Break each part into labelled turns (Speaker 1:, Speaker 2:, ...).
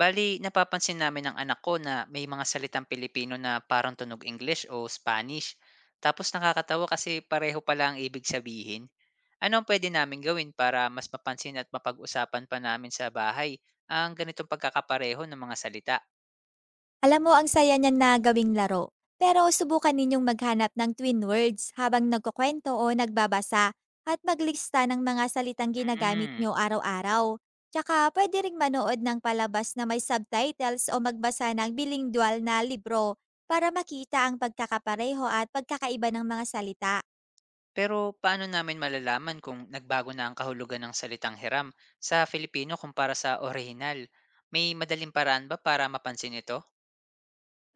Speaker 1: Bali, napapansin namin ng anak ko na may mga salitang Pilipino na parang tunog English o Spanish. Tapos nakakatawa kasi pareho pala ang ibig sabihin. Ano ang pwede namin gawin para mas mapansin at mapag-usapan pa namin sa bahay ang ganitong pagkakapareho ng mga salita?
Speaker 2: Alam mo, ang saya niyan na gawing laro. Pero subukan ninyong maghanap ng twin words habang nagkukwento o nagbabasa at maglista ng mga salitang ginagamit
Speaker 1: Mm.
Speaker 2: nyo araw-araw. Tsaka pwede ring manood ng palabas na may subtitles o magbasa ng bilingual na libro para makita ang pagkakapareho at pagkakaiba ng mga salita.
Speaker 1: Pero paano namin malalaman kung nagbago na ang kahulugan ng salitang hiram sa Filipino kumpara sa orihinal? May madaling paraan ba para mapansin ito?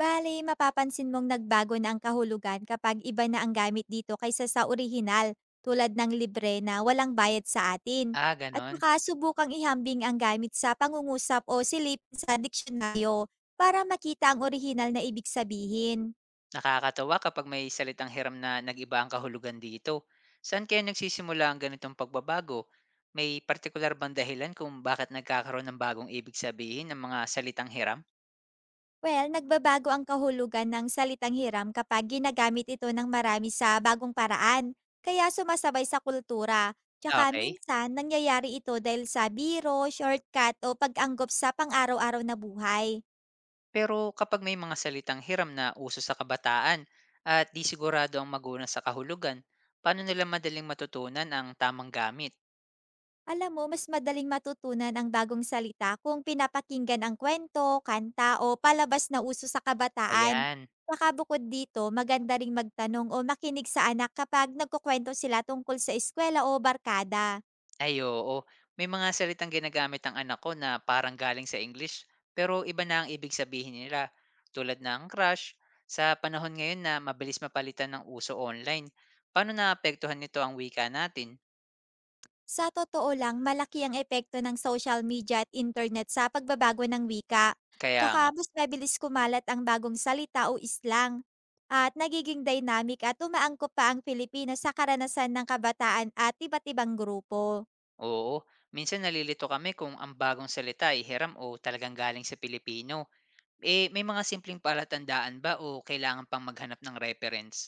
Speaker 2: Bale, mapapansin mong nagbago na ang kahulugan kapag iba na ang gamit dito kaysa sa orihinal, tulad ng libre na walang bayad sa atin.
Speaker 1: Ah,
Speaker 2: At
Speaker 1: ganon.
Speaker 2: saka subukang ihambing ang gamit sa pangungusap o silip sa diksyonaryo para makita ang orihinal na ibig sabihin.
Speaker 1: Nakakatawa kapag may salitang hiram na nag-iba ang kahulugan dito. Saan kaya nagsisimula ang ganitong pagbabago? May partikular bang dahilan kung bakit nagkakaroon ng bagong ibig sabihin ng mga salitang hiram?
Speaker 2: Well, nagbabago ang kahulugan ng salitang hiram kapag ginagamit ito ng marami sa bagong paraan, kaya sumasabay sa kultura. Tsaka
Speaker 1: Okay.
Speaker 2: minsan, nangyayari ito dahil sa biro, shortcut o pag-anggop sa pang-araw-araw na buhay.
Speaker 1: Pero kapag may mga salitang hiram na uso sa kabataan at di sigurado ang magulang sa kahulugan, paano nila madaling matutunan ang tamang gamit?
Speaker 2: Alam mo, mas madaling matutunan ang bagong salita kung pinapakinggan ang kwento, kanta o palabas na uso sa kabataan.
Speaker 1: Ayan.
Speaker 2: Tsaka bukod dito, maganda ring magtanong o makinig sa anak kapag nagkukwento sila tungkol sa eskwela o barkada.
Speaker 1: Ay oo, may mga salitang ginagamit ang anak ko na parang galing sa English pero iba na ang ibig sabihin nila tulad ng crush. Sa panahon ngayon na mabilis mapalitan ng uso online, paano naapektuhan nito ang wika natin?
Speaker 2: Sa totoo lang, malaki ang epekto ng social media at internet sa pagbabago ng wika.
Speaker 1: Kaya
Speaker 2: Tsaka
Speaker 1: nga,
Speaker 2: mas mabilis kumalat ang bagong salita o islang. At nagiging dynamic at umaangkop pa ang Pilipinas sa karanasan ng kabataan at iba't ibang grupo.
Speaker 1: oo, minsan nalilito kami kung ang bagong salita ay hiram o talagang galing sa Pilipino. Eh, may mga simpleng palatandaan ba o kailangan pang maghanap ng reference?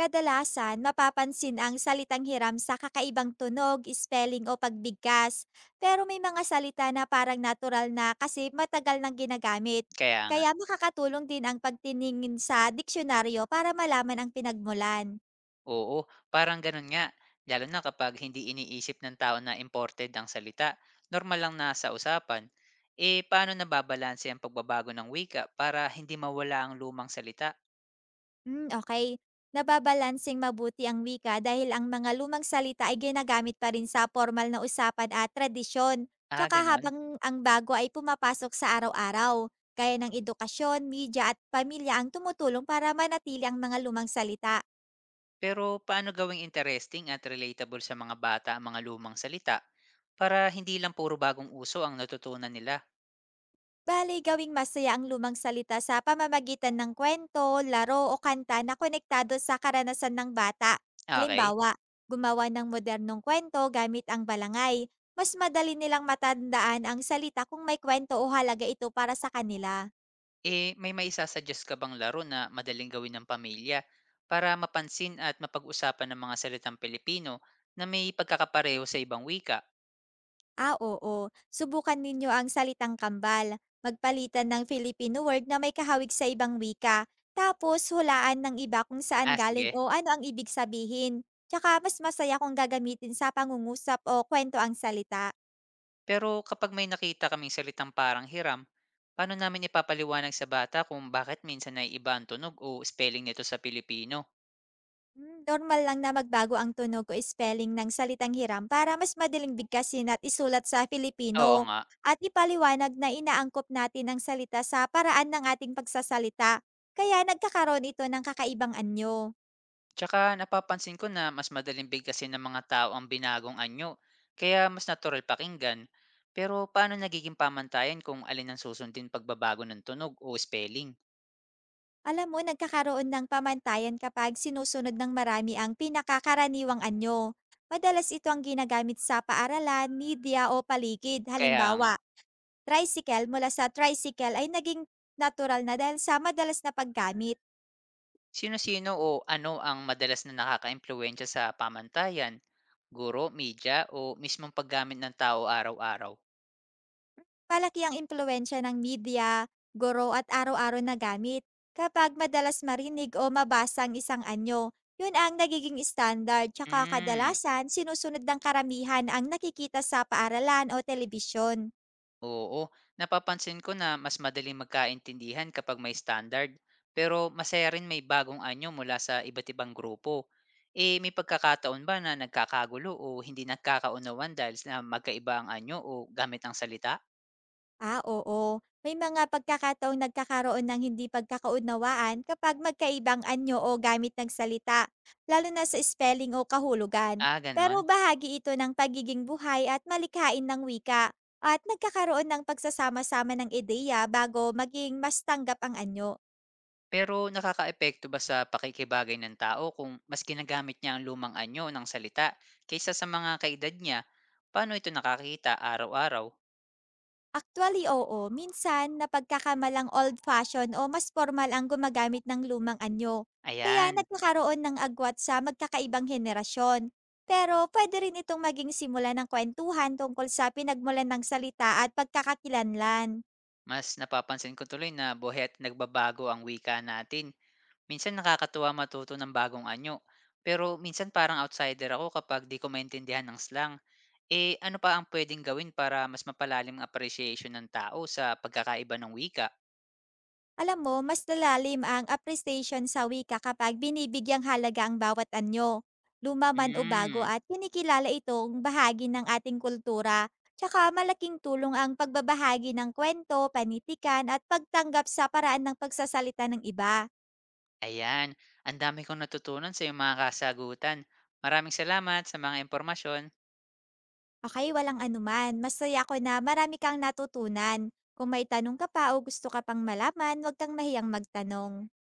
Speaker 2: Kadalasan, mapapansin ang salitang hiram sa kakaibang tunog, spelling o pagbigkas. Pero may mga salita na parang natural na kasi matagal nang ginagamit.
Speaker 1: Kaya
Speaker 2: Kaya makakatulong din ang pagtiningin sa diksyonaryo para malaman ang pinagmulan.
Speaker 1: oo, parang ganun nga. Lalo na kapag hindi iniisip ng tao na imported ang salita, normal lang na sa usapan. Eh, paano nababalanse ang pagbabago ng wika para hindi mawala ang lumang salita?
Speaker 2: Okey. Nababalanseng mabuti ang wika dahil ang mga lumang salita ay ginagamit pa rin sa formal na usapan at tradisyon.
Speaker 1: Ah,
Speaker 2: Tsaka
Speaker 1: ganon.
Speaker 2: habang ang bago ay pumapasok sa araw-araw, kaya ng edukasyon, media at pamilya ang tumutulong para manatili ang mga lumang salita.
Speaker 1: Pero paano gawing interesting at relatable sa mga bata ang mga lumang salita para hindi lang puro bagong uso ang natutunan nila?
Speaker 2: Bale, gawing masaya ang lumang salita sa pamamagitan ng kwento, laro o kanta na konektado sa karanasan ng bata.
Speaker 1: Okay.
Speaker 2: Halimbawa, gumawa ng modernong kwento gamit ang balangay. Mas madali nilang matandaan ang salita kung may kwento o halaga ito para sa kanila.
Speaker 1: Eh, may maisasuggest ka bang laro na madaling gawin ng pamilya para mapansin at mapag-usapan ng mga salitang Pilipino na may pagkakapareho sa ibang wika?
Speaker 2: Ah, oo. Subukan ninyo ang salitang kambal. Magpalitan ng Filipino word na may kahawig sa ibang wika. Tapos, hulaan ng iba kung saan
Speaker 1: Ah,
Speaker 2: galing
Speaker 1: sige.
Speaker 2: o ano ang ibig sabihin. Tsaka, mas masaya kung gagamitin sa pangungusap o kwento ang salita.
Speaker 1: Pero kapag may nakita kaming salitang parang hiram, paano namin ipapaliwanag sa bata kung bakit minsan ay iba ang tunog o spelling nito sa Pilipino?
Speaker 2: Normal lang na magbago ang tunog o spelling ng salitang hiram para mas madaling bigkasin at isulat sa Filipino.
Speaker 1: Oo nga.
Speaker 2: At ipaliwanag na inaangkop natin ang salita sa paraan ng ating pagsasalita. Kaya nagkakaroon ito ng kakaibang anyo.
Speaker 1: Tsaka napapansin ko na mas madaling bigkasin ng mga tao ang binagong anyo, kaya mas natural pakinggan. Pero paano nagiging pamantayan kung alin ang susundin pagbabago ng tunog o spelling?
Speaker 2: Alam mo, nagkakaroon ng pamantayan kapag sinusunod ng marami ang pinakakaraniwang anyo. Madalas ito ang ginagamit sa paaralan, media o paligid.
Speaker 1: Kaya nga,
Speaker 2: Halimbawa, tricycle mula sa tricycle ay naging natural na dahil sa madalas na paggamit.
Speaker 1: sino-sino o ano ang madalas na nakaka sa pamantayan? Guro, media, o mismong paggamit ng tao araw-araw?
Speaker 2: Palaki ang impluensya ng media, guro at araw-araw na gamit. Kapag madalas marinig o mabasa ang isang anyo, yun ang nagiging standard tsaka
Speaker 1: Hmm.
Speaker 2: kadalasan sinusunod ng karamihan ang nakikita sa paaralan o telebisyon.
Speaker 1: Oo, napapansin ko na mas madaling magkaintindihan kapag may standard, pero masaya rin may bagong anyo mula sa iba't ibang grupo. Eh, may pagkakataon ba na nagkakagulo o hindi nagkakaunawan dahil na magkaiba ang anyo o gamit ang salita?
Speaker 2: Ah, oo. May mga pagkakataong nagkakaroon ng hindi pagkakaunawaan kapag magkaibang anyo o gamit ng salita, lalo na sa spelling o kahulugan.
Speaker 1: Ah,
Speaker 2: Pero
Speaker 1: ganon.
Speaker 2: bahagi ito ng pagiging buhay at malikhain ng wika at nagkakaroon ng pagsasama-sama ng ideya bago maging mas tanggap ang anyo.
Speaker 1: Pero nakakaepekto ba sa pakikibagay ng tao kung mas ginagamit niya ang lumang anyo ng salita kaysa sa mga kaedad niya? Paano ito nakakita araw-araw?
Speaker 2: Actually, oo. Minsan, napagkakamalang old fashion o mas formal ang gumagamit ng lumang anyo. Kaya
Speaker 1: Ayan.
Speaker 2: nagkakaroon ng agwat sa magkakaibang henerasyon. Pero pwede rin itong maging simula ng kwentuhan tungkol sa pinagmulan ng salita at pagkakakilanlan.
Speaker 1: Mas napapansin ko tuloy na buhay nagbabago ang wika natin. Minsan nakakatuwa matuto ng bagong anyo. Pero minsan parang outsider ako kapag di ko maintindihan ng slang. Eh ano pa ang pwedeng gawin para mas mapalalim ang appreciation ng tao sa pagkakaiba ng wika?
Speaker 2: Alam mo, mas lalalim ang appreciation sa wika kapag binibigyang halaga ang bawat anyo, lumaman man o bago
Speaker 1: Hmm,
Speaker 2: at kinikilala itong bahagi ng ating kultura. Tsaka malaking tulong ang pagbabahagi ng kwento, panitikan at pagtanggap sa paraan ng pagsasalita ng iba.
Speaker 1: ayan. Ang dami kong natutunan sa iyong mga kasagutan. Maraming salamat sa mga impormasyon.
Speaker 2: Okay, walang anuman. Masaya ko na marami kang natutunan. Kung may tanong ka pa o gusto ka pang malaman, huwag kang mahiyang magtanong.